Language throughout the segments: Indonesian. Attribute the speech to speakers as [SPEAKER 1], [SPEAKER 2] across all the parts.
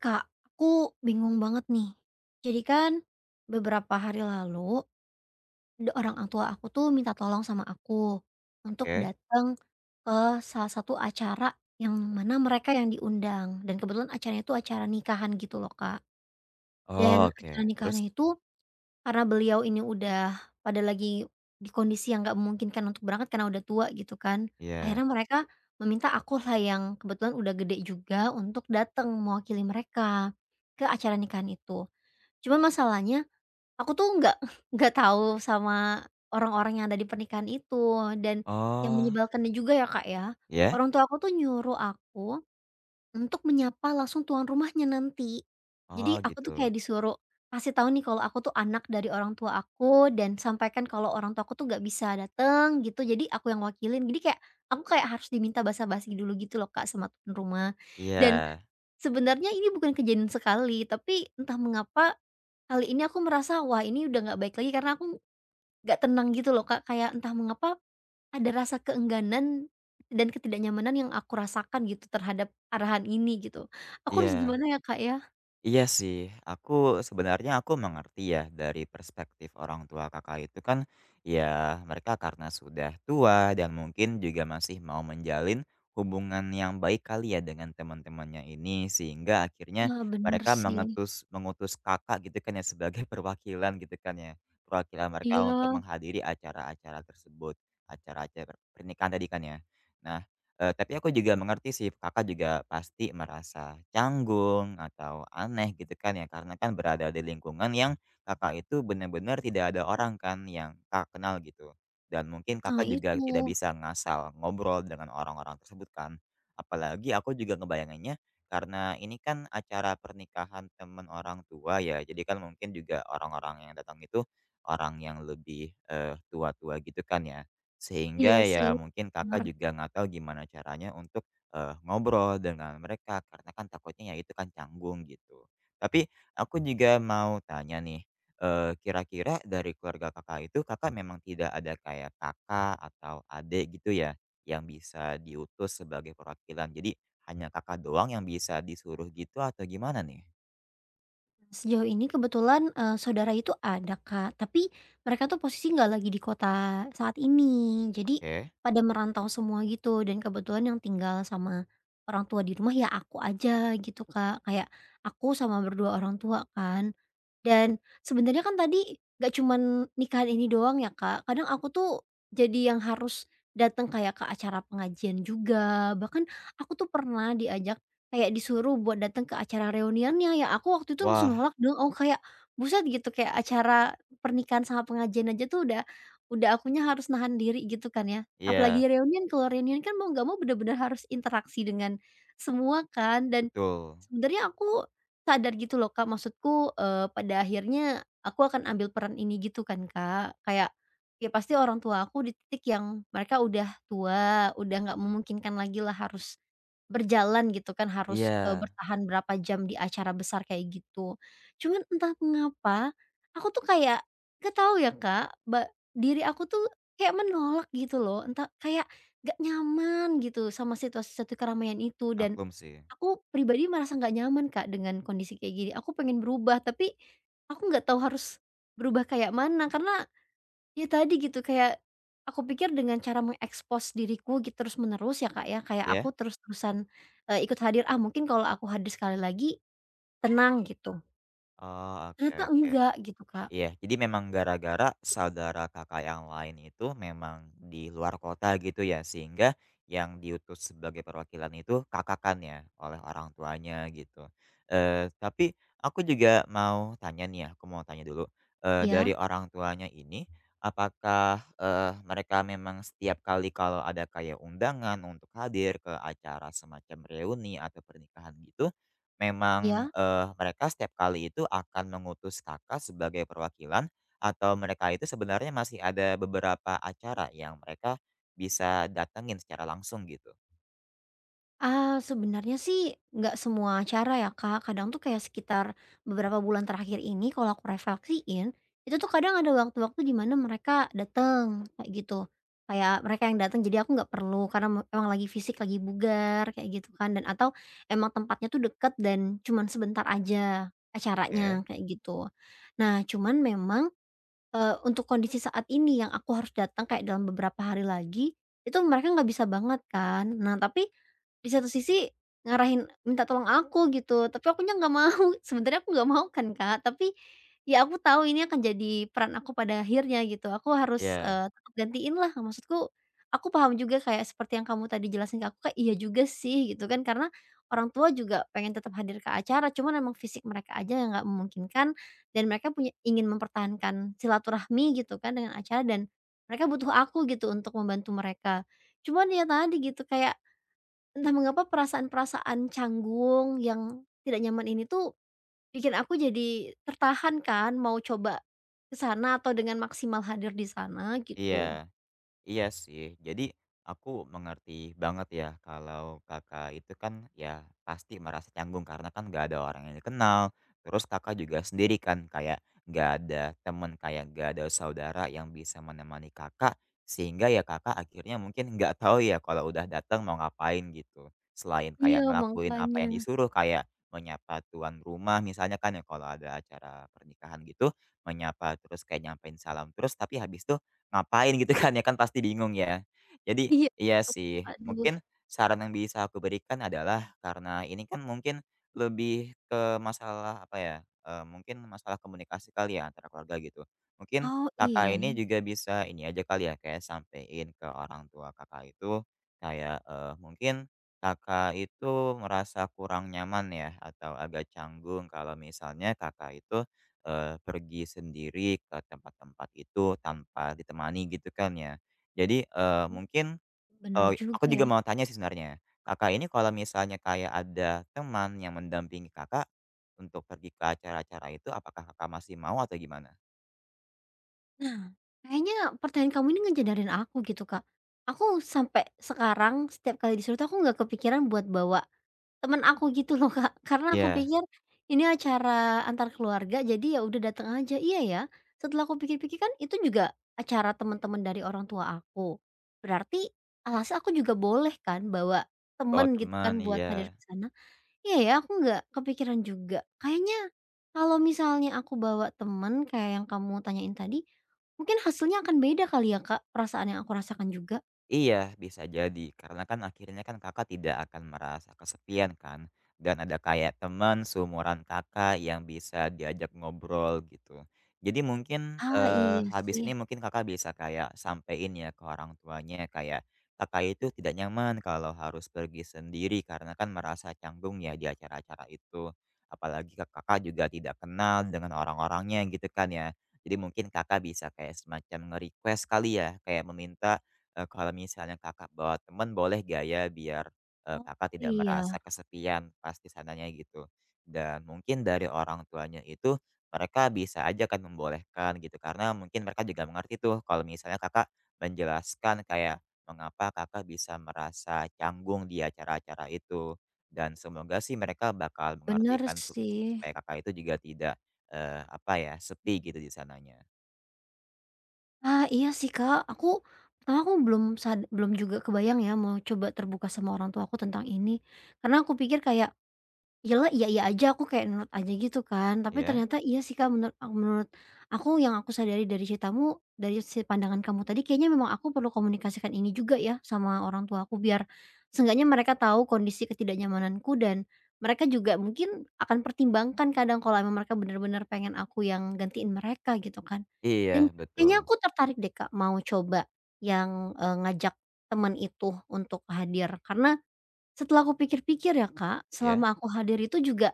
[SPEAKER 1] Kak, aku bingung banget nih. Jadi kan beberapa hari lalu orang tua aku tuh minta tolong sama aku untuk
[SPEAKER 2] Oke.
[SPEAKER 1] datang ke salah satu acara yang mana mereka yang diundang dan kebetulan acaranya itu acara nikahan gitu loh, Kak.
[SPEAKER 2] Oh,
[SPEAKER 1] Dan
[SPEAKER 2] oke.
[SPEAKER 1] acara
[SPEAKER 2] Terus?
[SPEAKER 1] nikahannya itu karena beliau ini udah pada lagi di kondisi yang nggak memungkinkan untuk berangkat karena udah tua gitu kan.
[SPEAKER 2] Iya.
[SPEAKER 1] Akhirnya mereka meminta akulah yang kebetulan udah gede juga untuk datang mewakili mereka ke acara nikahan itu. Cuman masalahnya aku tuh nggak nggak tahu sama orang-orang yang ada di pernikahan itu. Dan yang
[SPEAKER 2] Oh,
[SPEAKER 1] menyebalkannya juga ya, Kak, ya,
[SPEAKER 2] ya.
[SPEAKER 1] orang tua aku tuh nyuruh aku untuk menyapa langsung tuan rumahnya nanti.
[SPEAKER 2] Oh,
[SPEAKER 1] Jadi aku tuh kayak
[SPEAKER 2] gitu.
[SPEAKER 1] disuruh kasih tahu nih kalau aku tuh anak dari orang tua aku dan sampaikan kalau orang tua aku tuh nggak bisa dateng gitu, jadi aku yang wakilin. Jadi kayak aku kayak harus diminta basa-basi dulu gitu loh, Kak, sama tuan rumah. Dan
[SPEAKER 2] Iya,
[SPEAKER 1] sebenarnya ini bukan kejadian sekali, tapi entah mengapa kali ini aku merasa, wah, ini udah nggak baik lagi karena aku nggak tenang gitu loh, Kak, kayak entah mengapa ada rasa keengganan dan ketidaknyamanan yang aku rasakan gitu terhadap arahan ini gitu. Aku harus
[SPEAKER 2] iya.
[SPEAKER 1] gimana ya, Kak, ya?
[SPEAKER 2] Iya sih, aku sebenarnya mengerti ya dari perspektif orang tua Kakak itu kan ya, mereka karena sudah tua dan mungkin juga masih mau menjalin hubungan yang baik kali ya dengan teman-temannya ini sehingga akhirnya
[SPEAKER 1] Nah, bener
[SPEAKER 2] mereka
[SPEAKER 1] sih.
[SPEAKER 2] mengutus mengutus Kakak gitu kan ya sebagai perwakilan gitu kan ya. Perwakilan mereka untuk
[SPEAKER 1] Iya,
[SPEAKER 2] menghadiri acara-acara tersebut, acara-acara pernikahan tadi kan ya. Nah, tapi aku juga mengerti sih, Kakak juga pasti merasa canggung atau aneh gitu kan ya, karena kan berada di lingkungan yang Kakak itu benar-benar tidak ada orang kan yang Kakak kenal gitu. Dan mungkin
[SPEAKER 1] nah
[SPEAKER 2] Kakak juga
[SPEAKER 1] itu.
[SPEAKER 2] tidak bisa ngasal ngobrol dengan orang-orang tersebut kan. Apalagi aku juga ngebayanginnya karena ini kan acara pernikahan teman orang tua ya, jadi kan mungkin juga orang-orang yang datang itu orang yang lebih, tua-tua gitu kan ya.
[SPEAKER 1] Iya
[SPEAKER 2] Sehingga
[SPEAKER 1] sih,
[SPEAKER 2] ya mungkin Kakak
[SPEAKER 1] bener.
[SPEAKER 2] juga nggak tahu gimana caranya untuk, ngobrol dengan mereka karena kan takutnya ya itu kan canggung gitu. Tapi aku juga mau tanya nih, kira-kira dari keluarga Kakak itu Kakak memang tidak ada kayak kakak atau adik gitu ya, yang bisa diutus sebagai perwakilan? Jadi hanya Kakak doang yang bisa disuruh gitu atau gimana nih?
[SPEAKER 1] Sejauh ini kebetulan, saudara itu ada, Kak, tapi mereka tuh posisi nggak lagi di kota saat ini. Jadi
[SPEAKER 2] Oke.
[SPEAKER 1] pada merantau semua gitu dan kebetulan yang tinggal sama orang tua di rumah ya aku aja gitu, Kak. Kayak aku sama berdua orang tua kan. Dan sebenarnya kan tadi nggak cuman nikahan ini doang ya, Kak. Kadang aku tuh jadi yang harus datang kayak ke acara pengajian juga, bahkan aku tuh pernah diajak. Kayak disuruh buat datang ke acara reuniannya, ya aku waktu itu langsung
[SPEAKER 2] Wah,
[SPEAKER 1] nolak dong, aku kayak, buset gitu, kayak acara pernikahan sama pengajian aja tuh udah akunya harus nahan diri gitu kan ya.
[SPEAKER 2] iya,
[SPEAKER 1] Apalagi reunian, kalau reunian kan mau nggak mau bener-bener harus interaksi dengan semua kan, dan
[SPEAKER 2] betul.
[SPEAKER 1] sebenarnya aku sadar gitu loh, Kak, maksudku, pada akhirnya aku akan ambil peran ini gitu kan, Kak, kayak, ya pasti orang tua aku di titik yang mereka udah tua, udah nggak memungkinkan lagi lah harus berjalan gitu kan, harus,
[SPEAKER 2] Iya,
[SPEAKER 1] bertahan berapa jam di acara besar kayak gitu. Cuman entah mengapa, aku tuh kayak gak tahu ya, Kak, diri aku tuh kayak menolak gitu loh, entah kayak gak nyaman gitu sama situasi satu keramaian itu dan
[SPEAKER 2] maklum sih.
[SPEAKER 1] aku pribadi merasa nggak nyaman, Kak, dengan kondisi kayak gini. Aku pengen berubah tapi aku nggak tahu harus berubah kayak mana karena ya tadi gitu kayak, aku pikir dengan cara mengekspos diriku gitu terus-menerus ya, Kak, ya, kayak
[SPEAKER 2] Ya.
[SPEAKER 1] aku terus-terusan, ikut hadir, "Ah, mungkin kalau aku hadir sekali lagi tenang," gitu.
[SPEAKER 2] Oh, oke,
[SPEAKER 1] Ternyata
[SPEAKER 2] oke.
[SPEAKER 1] enggak gitu, Kak.
[SPEAKER 2] Iya, jadi memang gara-gara saudara Kakak yang lain itu memang di luar kota gitu ya, sehingga yang diutus sebagai perwakilan itu kakakannya oleh orang tuanya gitu. Tapi aku juga mau tanya nih ya, aku mau tanya dulu, dari
[SPEAKER 1] Iya
[SPEAKER 2] orang tuanya ini, apakah, mereka memang setiap kali kalau ada kayak undangan untuk hadir ke acara semacam reuni atau pernikahan gitu, memang,
[SPEAKER 1] iya?
[SPEAKER 2] mereka setiap kali itu akan mengutus Kakak sebagai perwakilan, atau mereka itu sebenarnya masih ada beberapa acara yang mereka bisa datengin secara langsung gitu?
[SPEAKER 1] Ah, sebenarnya sih nggak semua acara ya, Kak, kadang tuh kayak sekitar beberapa bulan terakhir ini kalau aku refleksiin, itu tuh kadang ada waktu-waktu di mana mereka datang kayak gitu. Kayak mereka yang datang jadi aku nggak perlu karena emang lagi fisik lagi bugar kayak gitu kan dan atau emang tempatnya tuh deket dan cuman sebentar aja acaranya
[SPEAKER 2] Oke.
[SPEAKER 1] kayak gitu. Nah, cuman memang untuk kondisi saat ini yang aku harus datang kayak dalam beberapa hari lagi, itu mereka nggak bisa banget kan. Nah, tapi di satu sisi ngarahin minta tolong aku gitu, tapi akunya nggak mau. Sebenarnya aku nggak mau kan, Kak, tapi ya aku tahu ini akan jadi peran aku pada akhirnya gitu. Aku harus,
[SPEAKER 2] Iya,
[SPEAKER 1] tetap gantiin lah. Maksudku, aku paham juga kayak seperti yang kamu tadi jelasin ke aku, kayak iya juga sih gitu kan, karena orang tua juga pengen tetap hadir ke acara, cuman emang fisik mereka aja yang nggak memungkinkan dan mereka punya ingin mempertahankan silaturahmi gitu kan dengan acara dan mereka butuh aku gitu untuk membantu mereka. Cuman ya tadi gitu kayak entah mengapa perasaan-perasaan canggung yang tidak nyaman ini tuh bikin aku jadi tertahan kan mau coba ke sana atau dengan maksimal hadir di sana gitu.
[SPEAKER 2] iya. Iya sih. Jadi aku mengerti banget ya kalau Kakak itu kan ya pasti merasa canggung karena kan nggak ada orang yang dikenal. Terus Kakak juga sendiri kan kayak nggak ada teman, kayak nggak ada saudara yang bisa menemani Kakak, sehingga ya Kakak akhirnya mungkin nggak tahu ya kalau udah datang mau ngapain gitu. Selain kayak
[SPEAKER 1] Iya
[SPEAKER 2] ngelakuin apa
[SPEAKER 1] makanya.
[SPEAKER 2] yang disuruh kayak menyapa tuan rumah misalnya kan ya kalau ada acara pernikahan gitu, menyapa terus kayak nyampein salam terus tapi habis itu ngapain gitu kan ya, kan pasti bingung ya. Jadi
[SPEAKER 1] Iya.
[SPEAKER 2] iya sih,
[SPEAKER 1] Aduh.
[SPEAKER 2] mungkin saran yang bisa aku berikan adalah karena ini kan mungkin lebih ke masalah apa ya, mungkin masalah komunikasi kali ya antara keluarga gitu. Mungkin
[SPEAKER 1] Oh
[SPEAKER 2] Kakak
[SPEAKER 1] iya ya,
[SPEAKER 2] ini juga bisa ini aja kali ya kayak sampein ke orang tua Kakak itu kayak, mungkin Kakak itu merasa kurang nyaman ya atau agak canggung kalau misalnya Kakak itu pergi sendiri ke tempat-tempat itu tanpa ditemani gitu kan ya. Jadi, mungkin,
[SPEAKER 1] bener
[SPEAKER 2] aku
[SPEAKER 1] juga
[SPEAKER 2] juga
[SPEAKER 1] ya.
[SPEAKER 2] mau tanya sih sebenarnya, Kakak ini kalau misalnya kayak ada teman yang mendampingi Kakak untuk pergi ke acara-acara itu, apakah Kakak masih mau atau gimana?
[SPEAKER 1] Nah, kayaknya pertanyaan kamu ini ngejadarin aku gitu, Kak. Aku sampai sekarang setiap kali disuruh tuh aku nggak kepikiran buat bawa teman aku gitu loh, Kak. Karena aku
[SPEAKER 2] Iya,
[SPEAKER 1] pikir ini acara antar keluarga jadi ya udah datang aja. Iya ya, setelah aku pikir-pikir kan itu juga acara teman-teman dari orang tua aku. Berarti, alhasil aku juga boleh kan bawa
[SPEAKER 2] bawa
[SPEAKER 1] temen gitu kan
[SPEAKER 2] teman,
[SPEAKER 1] buat
[SPEAKER 2] iya.
[SPEAKER 1] hadir ke sana? Iya ya, aku nggak kepikiran juga. Kayaknya kalau misalnya aku bawa temen kayak yang kamu tanyain tadi, mungkin hasilnya akan beda kali ya, Kak, perasaan yang aku rasakan juga.
[SPEAKER 2] Iya, bisa jadi. Karena kan akhirnya kan Kakak tidak akan merasa kesepian kan, dan ada kayak teman seumuran Kakak yang bisa diajak ngobrol gitu. Jadi mungkin,
[SPEAKER 1] Ah, iya
[SPEAKER 2] habis
[SPEAKER 1] sih.
[SPEAKER 2] ini mungkin Kakak bisa kayak sampein ya ke orang tuanya kayak, Kakak itu tidak nyaman kalau harus pergi sendiri karena kan merasa canggung ya di acara-acara itu. Apalagi ka Kakak juga tidak kenal dengan orang-orangnya gitu kan ya. Jadi mungkin Kakak bisa kayak semacam nge-request kali ya, kayak meminta kalau misalnya Kakak bawa temen boleh gaya biar,
[SPEAKER 1] Oh.
[SPEAKER 2] Kakak tidak merasa
[SPEAKER 1] Iya,
[SPEAKER 2] kesepian pas di sananya gitu. Dan mungkin dari orang tuanya itu mereka bisa aja kan membolehkan gitu, karena mungkin mereka juga mengerti tuh kalau misalnya Kakak menjelaskan kayak mengapa Kakak bisa merasa canggung di acara-acara itu. Dan semoga sih mereka bakal mengerti
[SPEAKER 1] bener
[SPEAKER 2] kan sup
[SPEAKER 1] sih.
[SPEAKER 2] supaya Kakak itu juga tidak, apa ya, sepi gitu di sananya.
[SPEAKER 1] Ah, iya sih, Kak, aku pertama aku belum belum juga kebayang ya mau coba terbuka sama orang tua aku tentang ini. Karena aku pikir kayak iyalah, iya-iya aja, aku kayak nurut aja gitu kan, tapi
[SPEAKER 2] Ya.
[SPEAKER 1] ternyata iya sih, Kak, menurut ak menurut aku yang aku sadari dari ceritamu, dari si pandangan kamu tadi kayaknya memang aku perlu komunikasikan ini juga ya sama orang tua aku, biar seenggaknya mereka tahu kondisi ketidaknyamananku dan mereka juga mungkin akan pertimbangkan kadang kalau emang mereka benar-benar pengen aku yang gantiin mereka gitu kan. Dan
[SPEAKER 2] Iya
[SPEAKER 1] kayaknya
[SPEAKER 2] betul.
[SPEAKER 1] aku tertarik deh, Kak, mau coba yang, ngajak teman itu untuk hadir, karena setelah aku pikir-pikir ya, Kak,
[SPEAKER 2] Ya.
[SPEAKER 1] selama aku hadir itu juga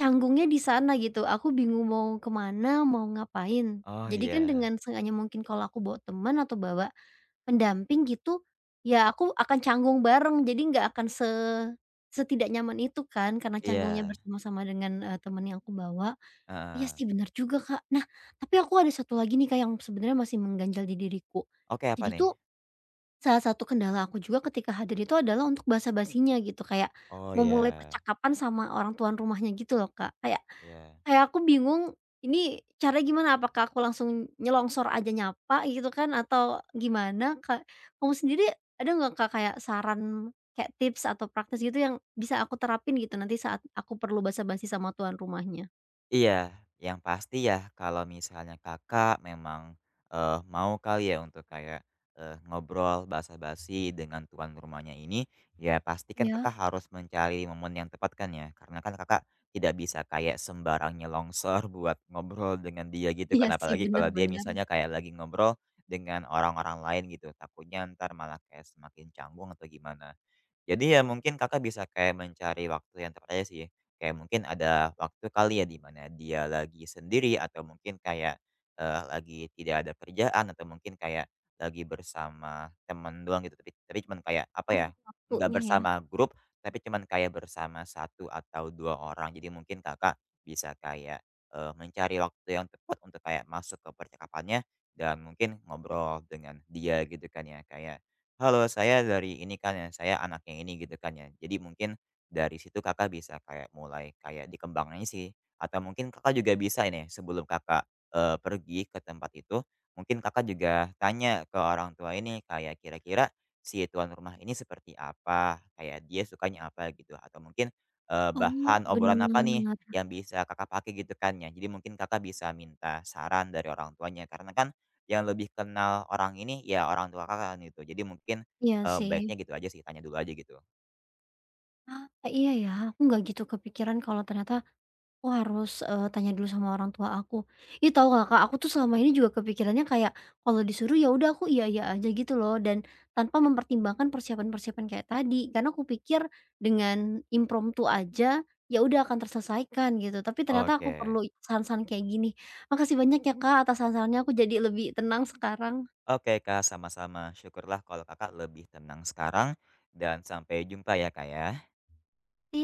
[SPEAKER 1] canggungnya di sana gitu, aku bingung mau ke mana, mau ngapain.
[SPEAKER 2] Oh
[SPEAKER 1] Jadi kan
[SPEAKER 2] iya.
[SPEAKER 1] dengan seenggaknya mungkin kalau aku bawa teman atau bawa pendamping gitu, ya aku akan canggung bareng, jadi nggak akan setidak nyaman itu kan, karena canggungnya
[SPEAKER 2] Iya,
[SPEAKER 1] bersama-sama dengan, teman yang aku bawa. Iya
[SPEAKER 2] heeh.
[SPEAKER 1] sih benar juga, Kak. Nah, tapi aku ada satu lagi nih, Kak, yang sebenarnya masih mengganjal di diriku.
[SPEAKER 2] Oke, apa
[SPEAKER 1] Jadi
[SPEAKER 2] nih?
[SPEAKER 1] tuh salah satu kendala aku juga ketika hadir itu adalah untuk basa-basinya gitu, kayak
[SPEAKER 2] Oh,
[SPEAKER 1] memulai
[SPEAKER 2] ya,
[SPEAKER 1] percakapan sama orang tuan rumahnya gitu loh, Kak. Kayak
[SPEAKER 2] ya.
[SPEAKER 1] kayak aku bingung ini caranya gimana, apakah aku langsung nyelongsor aja nyapa gitu kan atau gimana, Kak? Kamu sendiri ada nggak, Kak, kayak saran kayak tips atau praktis gitu yang bisa aku terapin gitu nanti saat aku perlu basa-basi sama tuan rumahnya?
[SPEAKER 2] Iya, yang pasti ya kalau misalnya Kakak memang, mau kali ya untuk kayak, ngobrol basa-basi dengan tuan rumahnya ini, ya pasti kan
[SPEAKER 1] Ya,
[SPEAKER 2] Kakak harus mencari momen yang tepat kan ya, karena kan Kakak tidak bisa kayak sembarangnya longsor buat ngobrol dengan dia gitu
[SPEAKER 1] iya
[SPEAKER 2] kan,
[SPEAKER 1] sih,
[SPEAKER 2] apalagi
[SPEAKER 1] benar
[SPEAKER 2] kalau dia
[SPEAKER 1] benar.
[SPEAKER 2] misalnya kayak lagi ngobrol dengan orang-orang lain gitu, takutnya ntar malah kayak semakin canggung atau gimana. Jadi ya mungkin Kakak bisa kayak mencari waktu yang tepat aja sih. Kayak mungkin ada waktu kali ya di mana dia lagi sendiri atau mungkin kayak, lagi tidak ada kerjaan atau mungkin kayak lagi bersama teman doang gitu, tapi cuman kayak apa ya,
[SPEAKER 1] Oh,
[SPEAKER 2] nggak
[SPEAKER 1] waktunya ya?
[SPEAKER 2] bersama grup, tapi cuman kayak bersama satu atau 2 orang. Jadi mungkin Kakak bisa kayak, mencari waktu yang tepat untuk kayak masuk ke percakapannya dan mungkin ngobrol dengan dia gitu kan ya, kayak halo, saya dari ini kan ya, saya anaknya ini gitu kan ya. Jadi mungkin dari situ Kakak bisa kayak mulai kayak dikembangin sih, atau mungkin Kakak juga bisa ini sebelum Kakak, pergi ke tempat itu, mungkin Kakak juga tanya ke orang tua ini kayak kira-kira si tuan rumah ini seperti apa, kayak dia sukanya apa gitu, atau mungkin,
[SPEAKER 1] Oh,
[SPEAKER 2] bahan obrolan apa nih
[SPEAKER 1] benar.
[SPEAKER 2] yang bisa Kakak pakai gitu kan ya. Jadi mungkin Kakak bisa minta saran dari orang tuanya, karena kan yang lebih kenal orang ini, ya orang tua Kakak kan, gitu. Jadi mungkin,
[SPEAKER 1] Iya sih.
[SPEAKER 2] baiknya gitu aja sih, tanya dulu aja gitu.
[SPEAKER 1] Ah, iya ya, aku nggak gitu kepikiran kalau ternyata aku harus, tanya dulu sama orang tua aku. Ih, tahu nggak, Kak, aku tuh selama ini juga kepikirannya kayak kalau disuruh ya udah aku iya-iya aja gitu loh dan tanpa mempertimbangkan persiapan-persiapan kayak tadi. Karena aku pikir dengan impromptu aja, ya udah akan terselesaikan gitu, tapi ternyata aku
[SPEAKER 2] Oke.
[SPEAKER 1] perlu saran-saran kayak gini. Makasih banyak ya, Kak, atas saran-sarannya, aku jadi lebih tenang sekarang.
[SPEAKER 2] Oke Kak, sama-sama. Syukurlah kalau Kakak lebih tenang sekarang, dan sampai jumpa ya Kak ya.
[SPEAKER 1] Iya.